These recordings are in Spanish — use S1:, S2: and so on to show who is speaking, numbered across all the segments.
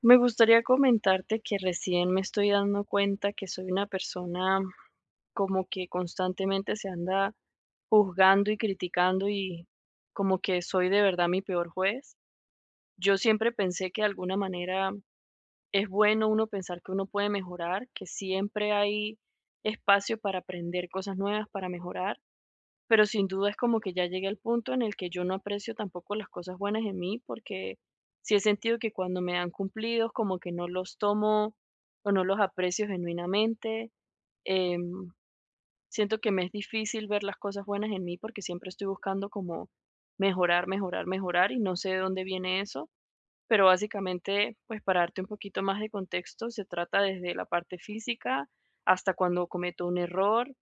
S1: Me gustaría comentarte que recién me estoy dando cuenta que soy una persona como que constantemente se anda juzgando y criticando como que soy de verdad mi peor juez. Yo siempre pensé que de alguna manera es bueno uno pensar que uno puede mejorar, que siempre hay espacio para aprender cosas nuevas, para mejorar, pero sin duda es como que ya llegué al punto en el que yo no aprecio tampoco las cosas buenas en mí, porque sí he sentido que cuando me dan cumplidos, como que no los tomo o no los aprecio genuinamente. Em, Siento que me es difícil ver las cosas buenas en mí porque siempre estoy buscando como mejorar, mejorar, mejorar, y no sé de dónde viene eso. Pero básicamente, pues para darte un poquito más de contexto, se trata desde la parte física hasta cuando cometo un error,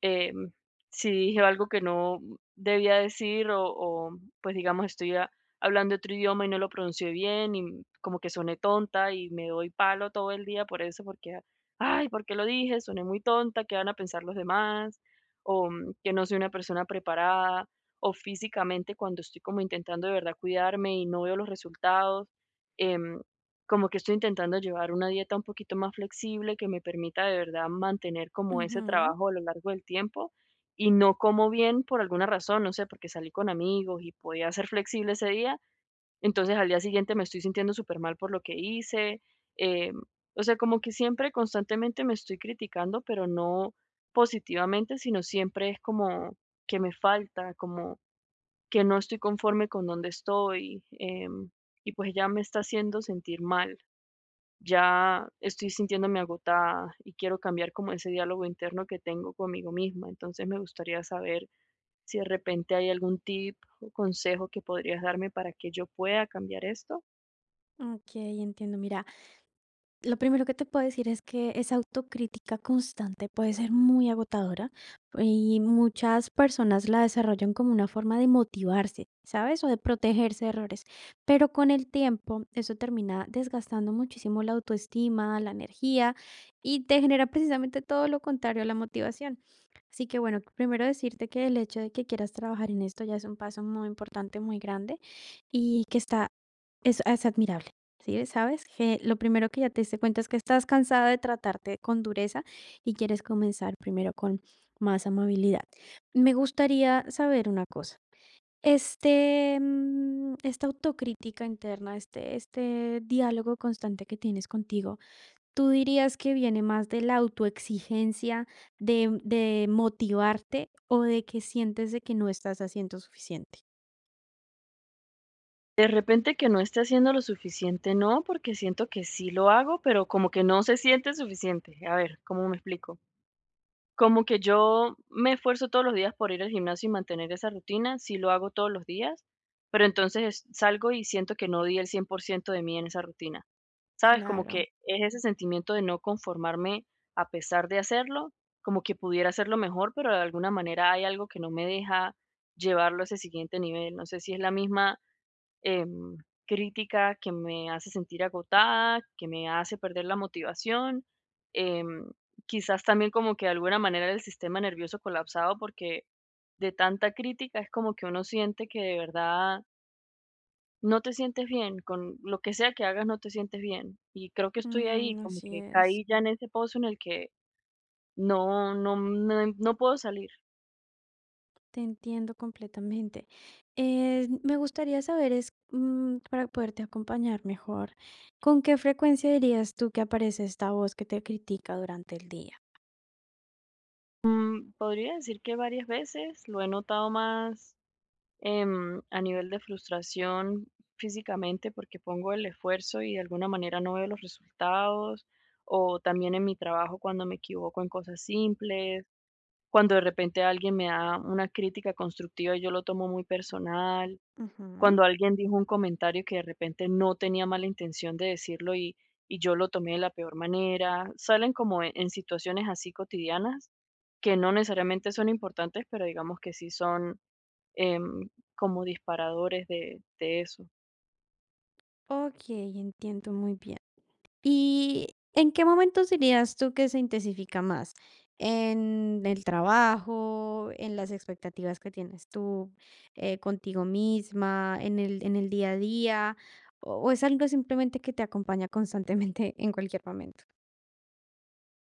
S1: em, si dije algo que no debía decir o, pues, digamos, estoy a hablando otro idioma y no lo pronuncié bien y como que soné tonta y me doy palo todo el día por eso, porque, ay, ¿por qué lo dije? Soné muy tonta. ¿Qué van a pensar los demás? O que no soy una persona preparada, o físicamente cuando estoy como intentando de verdad cuidarme y no veo los resultados. em, Como que estoy intentando llevar una dieta un poquito más flexible que me permita de verdad mantener como ese
S2: Ujú,
S1: trabajo a lo largo del tiempo, y no como bien por alguna razón, no sé, porque salí con amigos y podía ser flexible ese día, entonces al día siguiente me estoy sintiendo súper mal por lo que hice. eh, o sea, como que siempre constantemente me estoy criticando, pero no positivamente, sino siempre es como que me falta, como que no estoy conforme con donde estoy. Y pues ya me está haciendo sentir mal, ya estoy sintiéndome agotada y quiero cambiar como ese diálogo interno que tengo conmigo misma. Entonces me gustaría saber si de repente hay algún tip o consejo que podrías darme para que yo pueda cambiar esto.
S2: okey, entiendo. Mira, lo primero que te puedo decir es que esa autocrítica constante puede ser muy agotadora y muchas personas la desarrollan como una forma de motivarse, ¿sabes? O de protegerse de errores. Pero con el tiempo eso termina desgastando muchísimo la autoestima, la energía y te genera precisamente todo lo contrario a la motivación. Así que bueno, primero decirte que el hecho de que quieras trabajar en esto ya es un paso muy importante, muy grande y que está, es admirable. Sí, sabes que lo primero que ya te diste cuenta es que estás cansada de tratarte con dureza y quieres comenzar primero con más amabilidad. Me gustaría saber una cosa. Esta autocrítica interna, este diálogo constante que tienes contigo, ¿tú dirías que viene más de la autoexigencia, de motivarte o de que sientes de que no estás haciendo suficiente?
S1: De repente que no esté haciendo lo suficiente, no, porque siento que sí lo hago, pero como que no se siente suficiente. A ver, ¿cómo me explico? Como que yo me esfuerzo todos los días por ir al gimnasio y mantener esa rutina, sí lo hago todos los días, pero entonces salgo y siento que no di el 100% de mí en esa rutina. ¿Sabes? Como
S2: Claro.
S1: que es ese sentimiento de no conformarme a pesar de hacerlo, como que pudiera hacerlo mejor, pero de alguna manera hay algo que no me deja llevarlo a ese siguiente nivel. No sé si es la misma em, crítica que me hace sentir agotada, que me hace perder la motivación. em, Quizás también como que de alguna manera el sistema nervioso colapsado porque de tanta crítica es como que uno siente que de verdad no te sientes bien, con lo que sea que hagas no te sientes bien. Y creo que estoy ahí,
S2: Mm,
S1: como
S2: así
S1: que
S2: es.
S1: caí ya en ese pozo en el que no puedo salir.
S2: Te entiendo completamente. Me gustaría saber, para poderte acompañar mejor, ¿con qué frecuencia dirías tú que aparece esta voz que te critica durante el día?
S1: Mm, podría decir que varias veces lo he notado más, a nivel de frustración físicamente, porque pongo el esfuerzo y de alguna manera no veo los resultados, o también en mi trabajo cuando me equivoco en cosas simples, cuando de repente alguien me da una crítica constructiva, y yo lo tomo muy personal.
S2: Ujú.
S1: Cuando alguien dijo un comentario que de repente no tenía mala intención de decirlo, y yo lo tomé de la peor manera, salen como en situaciones así cotidianas que no necesariamente son importantes, pero digamos que sí son em, como disparadores de eso.
S2: Ok, entiendo muy bien. ¿Y en qué momentos dirías tú que se intensifica más? ¿En el trabajo, en las expectativas que tienes tú, contigo misma, en el día a día? ¿O es algo simplemente que te acompaña constantemente en cualquier momento?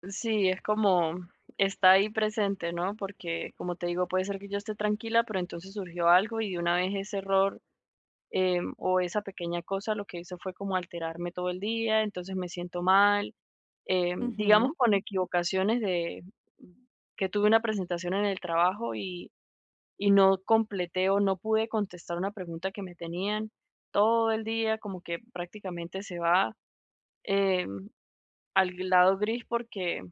S1: Sí, es como está ahí presente, ¿no? Porque como te digo, puede ser que yo esté tranquila, pero entonces surgió algo y de una vez ese error, o esa pequeña cosa, lo que hizo fue como alterarme todo el día, entonces me siento mal. Em, digamos
S2: Ujú,
S1: con equivocaciones de que tuve una presentación en el trabajo, y no completé o no pude contestar una pregunta que me tenían todo el día, como que prácticamente se va em, al lado gris porque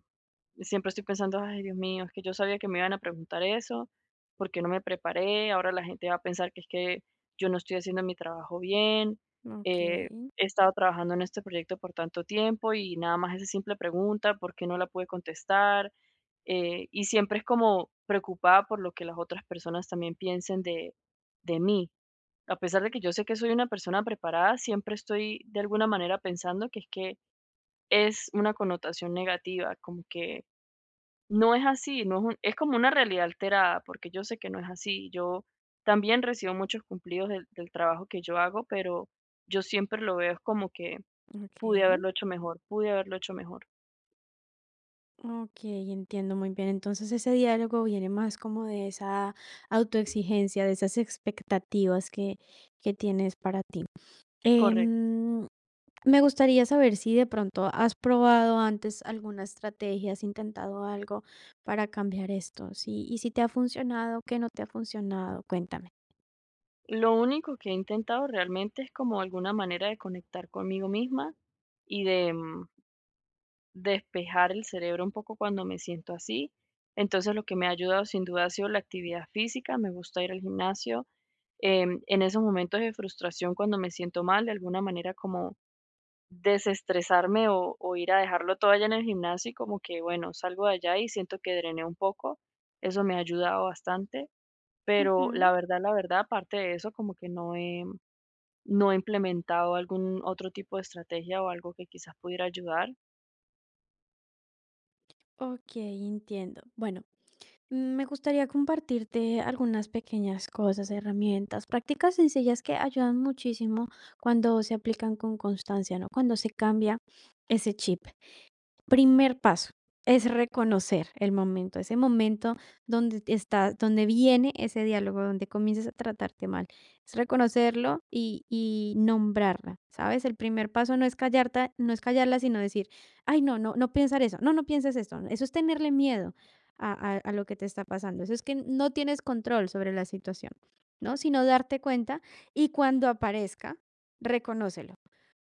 S1: siempre estoy pensando: "Ay, Dios mío, es que yo sabía que me iban a preguntar eso, porque no me preparé? Ahora la gente va a pensar que es que yo no estoy haciendo mi trabajo bien, eh,
S2: okey,
S1: he estado trabajando en este proyecto por tanto tiempo y nada más esa simple pregunta, ¿por qué no la pude contestar?". Y siempre es como preocupada por lo que las otras personas también piensen de mí. A pesar de que yo sé que soy una persona preparada, siempre estoy de alguna manera pensando que es una connotación negativa, como que no es así, no es un es como una realidad alterada, porque yo sé que no es así. Yo también recibo muchos cumplidos del trabajo que yo hago, pero yo siempre lo veo es como que pude
S2: okey,
S1: haberlo hecho mejor, pude haberlo hecho mejor.
S2: okey, entiendo muy bien. Entonces, ese diálogo viene más como de esa autoexigencia, de esas expectativas que tienes para ti.
S1: Correcto.
S2: Em, Me gustaría saber si de pronto has probado antes alguna estrategia, has intentado algo para cambiar esto, si y si te ha funcionado, qué no te ha funcionado, cuéntame.
S1: Lo único que he intentado realmente es como alguna manera de conectar conmigo misma y de despejar el cerebro un poco cuando me siento así. Entonces, lo que me ha ayudado sin duda ha sido la actividad física, me gusta ir al gimnasio. Em, en esos momentos de frustración, cuando me siento mal, de alguna manera como desestresarme o ir a dejarlo todo allá en el gimnasio y como que, bueno, salgo de allá y siento que drené un poco. Eso me ha ayudado bastante, pero
S2: Ujú,
S1: la verdad, aparte de eso, como que no he implementado algún otro tipo de estrategia o algo que quizás pudiera ayudar.
S2: okey, entiendo. Bueno, me gustaría compartirte algunas pequeñas cosas, herramientas, prácticas sencillas que ayudan muchísimo cuando se aplican con constancia, ¿no? Cuando se cambia ese chip. Primer paso es reconocer el momento, ese momento donde te está, donde viene ese diálogo, donde comienzas a tratarte mal. Es reconocerlo y nombrarla, ¿sabes? El primer paso no es callarte, no es callarla, sino decir, ay, no, no, no pensar eso, no, no pienses esto. Eso es tenerle miedo a, a lo que te está pasando. Eso es que no tienes control sobre la situación, ¿no? Sino darte cuenta y cuando aparezca, reconócelo.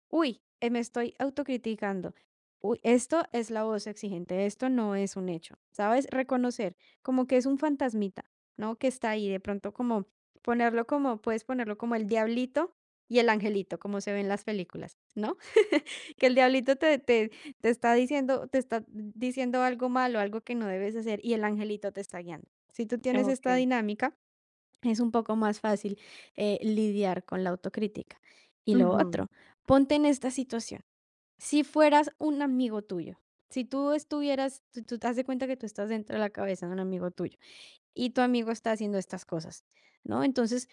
S2: Uy, me estoy autocriticando. Uy, esto es la voz exigente, esto no es un hecho, ¿sabes? Reconocer como que es un fantasmita, ¿no? Que está ahí, de pronto como ponerlo como, puedes ponerlo como el diablito y el angelito, como se ve en las películas, ¿no? Que el diablito te está diciendo, algo malo, algo que no debes hacer y el angelito te está guiando. Si tú tienes esta
S1: Ok.
S2: dinámica, es un poco más fácil lidiar con la autocrítica. Y lo
S1: Ujú.
S2: otro, ponte en esta situación. Si fueras un amigo tuyo, si tú estuvieras, tú te das de cuenta que tú estás dentro de la cabeza de un amigo tuyo y tu amigo está haciendo estas cosas, ¿no? Entonces,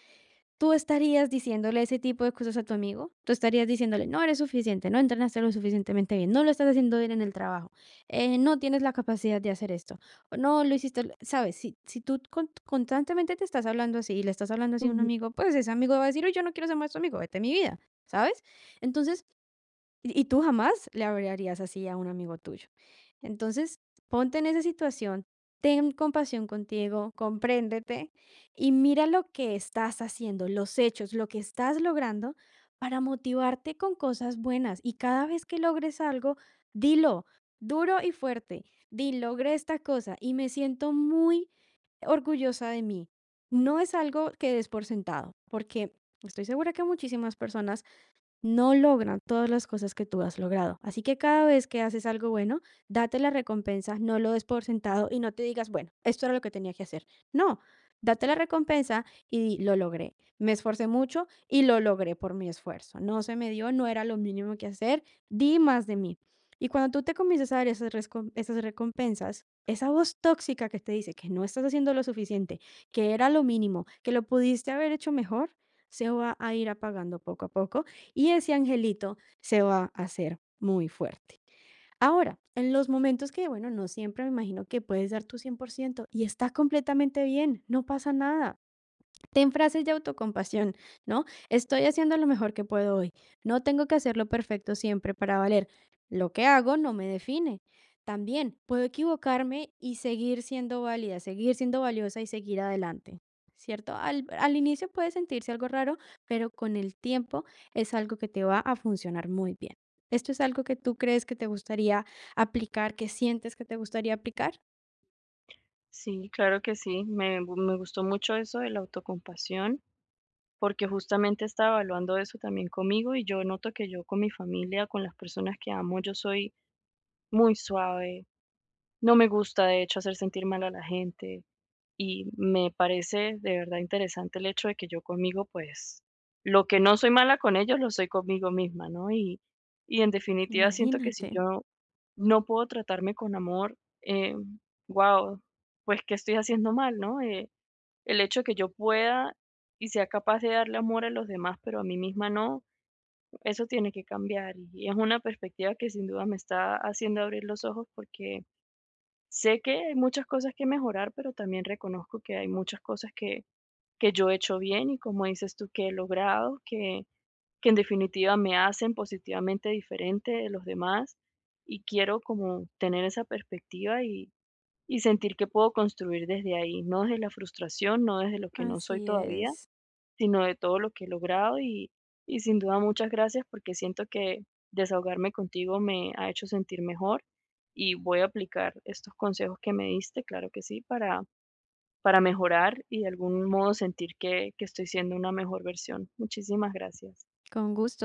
S2: tú estarías diciéndole ese tipo de cosas a tu amigo, tú estarías diciéndole, no eres suficiente, no entrenaste lo suficientemente bien, no lo estás haciendo bien en el trabajo, no tienes la capacidad de hacer esto, o no lo hiciste, sabes, si tú constantemente te estás hablando así y le estás hablando así a un
S1: Ujú.
S2: amigo, pues ese amigo va a decir, "Uy, yo no quiero ser más tu amigo, vete a mi vida, ¿sabes? Entonces, y tú jamás le hablarías así a un amigo tuyo. Entonces, ponte en esa situación, ten compasión contigo, compréndete y mira lo que estás haciendo, los hechos, lo que estás logrando para motivarte con cosas buenas. Y cada vez que logres algo, dilo duro y fuerte, di, logré esta cosa y me siento muy orgullosa de mí. No es algo que des por sentado, porque estoy segura que muchísimas personas no logran todas las cosas que tú has logrado. Así que cada vez que haces algo bueno, date la recompensa, no lo des por sentado y no te digas, bueno, esto era lo que tenía que hacer. No, date la recompensa y di, lo logré. Me esforcé mucho y lo logré por mi esfuerzo. No se me dio, no era lo mínimo que hacer, di más de mí. Y cuando tú te comienzas a dar esas recompensas, esa voz tóxica que te dice que no estás haciendo lo suficiente, que era lo mínimo, que lo pudiste haber hecho mejor, se va a ir apagando poco a poco y ese angelito se va a hacer muy fuerte. Ahora, en los momentos que, bueno, no siempre me imagino que puedes dar tu 100% y está completamente bien, no pasa nada. Ten frases de autocompasión, ¿no? Estoy haciendo lo mejor que puedo hoy. No tengo que hacerlo perfecto siempre para valer. Lo que hago no me define. También puedo equivocarme y seguir siendo válida, seguir siendo valiosa y seguir adelante. ¿Cierto? Al inicio puede sentirse algo raro, pero con el tiempo es algo que te va a funcionar muy bien. ¿Esto es algo que tú crees que te gustaría aplicar que sientes que te gustaría aplicar?
S1: Sí, claro que sí. Me gustó mucho eso de la autocompasión, porque justamente estaba evaluando eso también conmigo y yo noto que yo con mi familia, con las personas que amo, yo soy muy suave. No me gusta, de hecho, hacer sentir mal a la gente. Y me parece de verdad interesante el hecho de que yo conmigo, pues, lo que no soy mala con ellos, lo soy conmigo misma, ¿no? Y en definitiva siento que si
S2: Imagínate.
S1: yo no puedo tratarme con amor, eh, guau, pues, ¿qué estoy haciendo mal, no? El hecho de que yo pueda y sea capaz de darle amor a los demás, pero a mí misma no, eso tiene que cambiar. Y es una perspectiva que sin duda me está haciendo abrir los ojos, porque sé que hay muchas cosas que mejorar, pero también reconozco que hay muchas cosas que yo he hecho bien y como dices tú, que he logrado, que en definitiva me hacen positivamente diferente de los demás y quiero como tener esa perspectiva, y sentir que puedo construir desde ahí, no desde la frustración, no desde lo que no soy
S2: Así
S1: todavía,
S2: es.
S1: sino de todo lo que he logrado, y sin duda muchas gracias porque siento que desahogarme contigo me ha hecho sentir mejor y voy a aplicar estos consejos que me diste, claro que sí, para mejorar y de algún modo sentir que estoy siendo una mejor versión. Muchísimas gracias.
S2: Con gusto.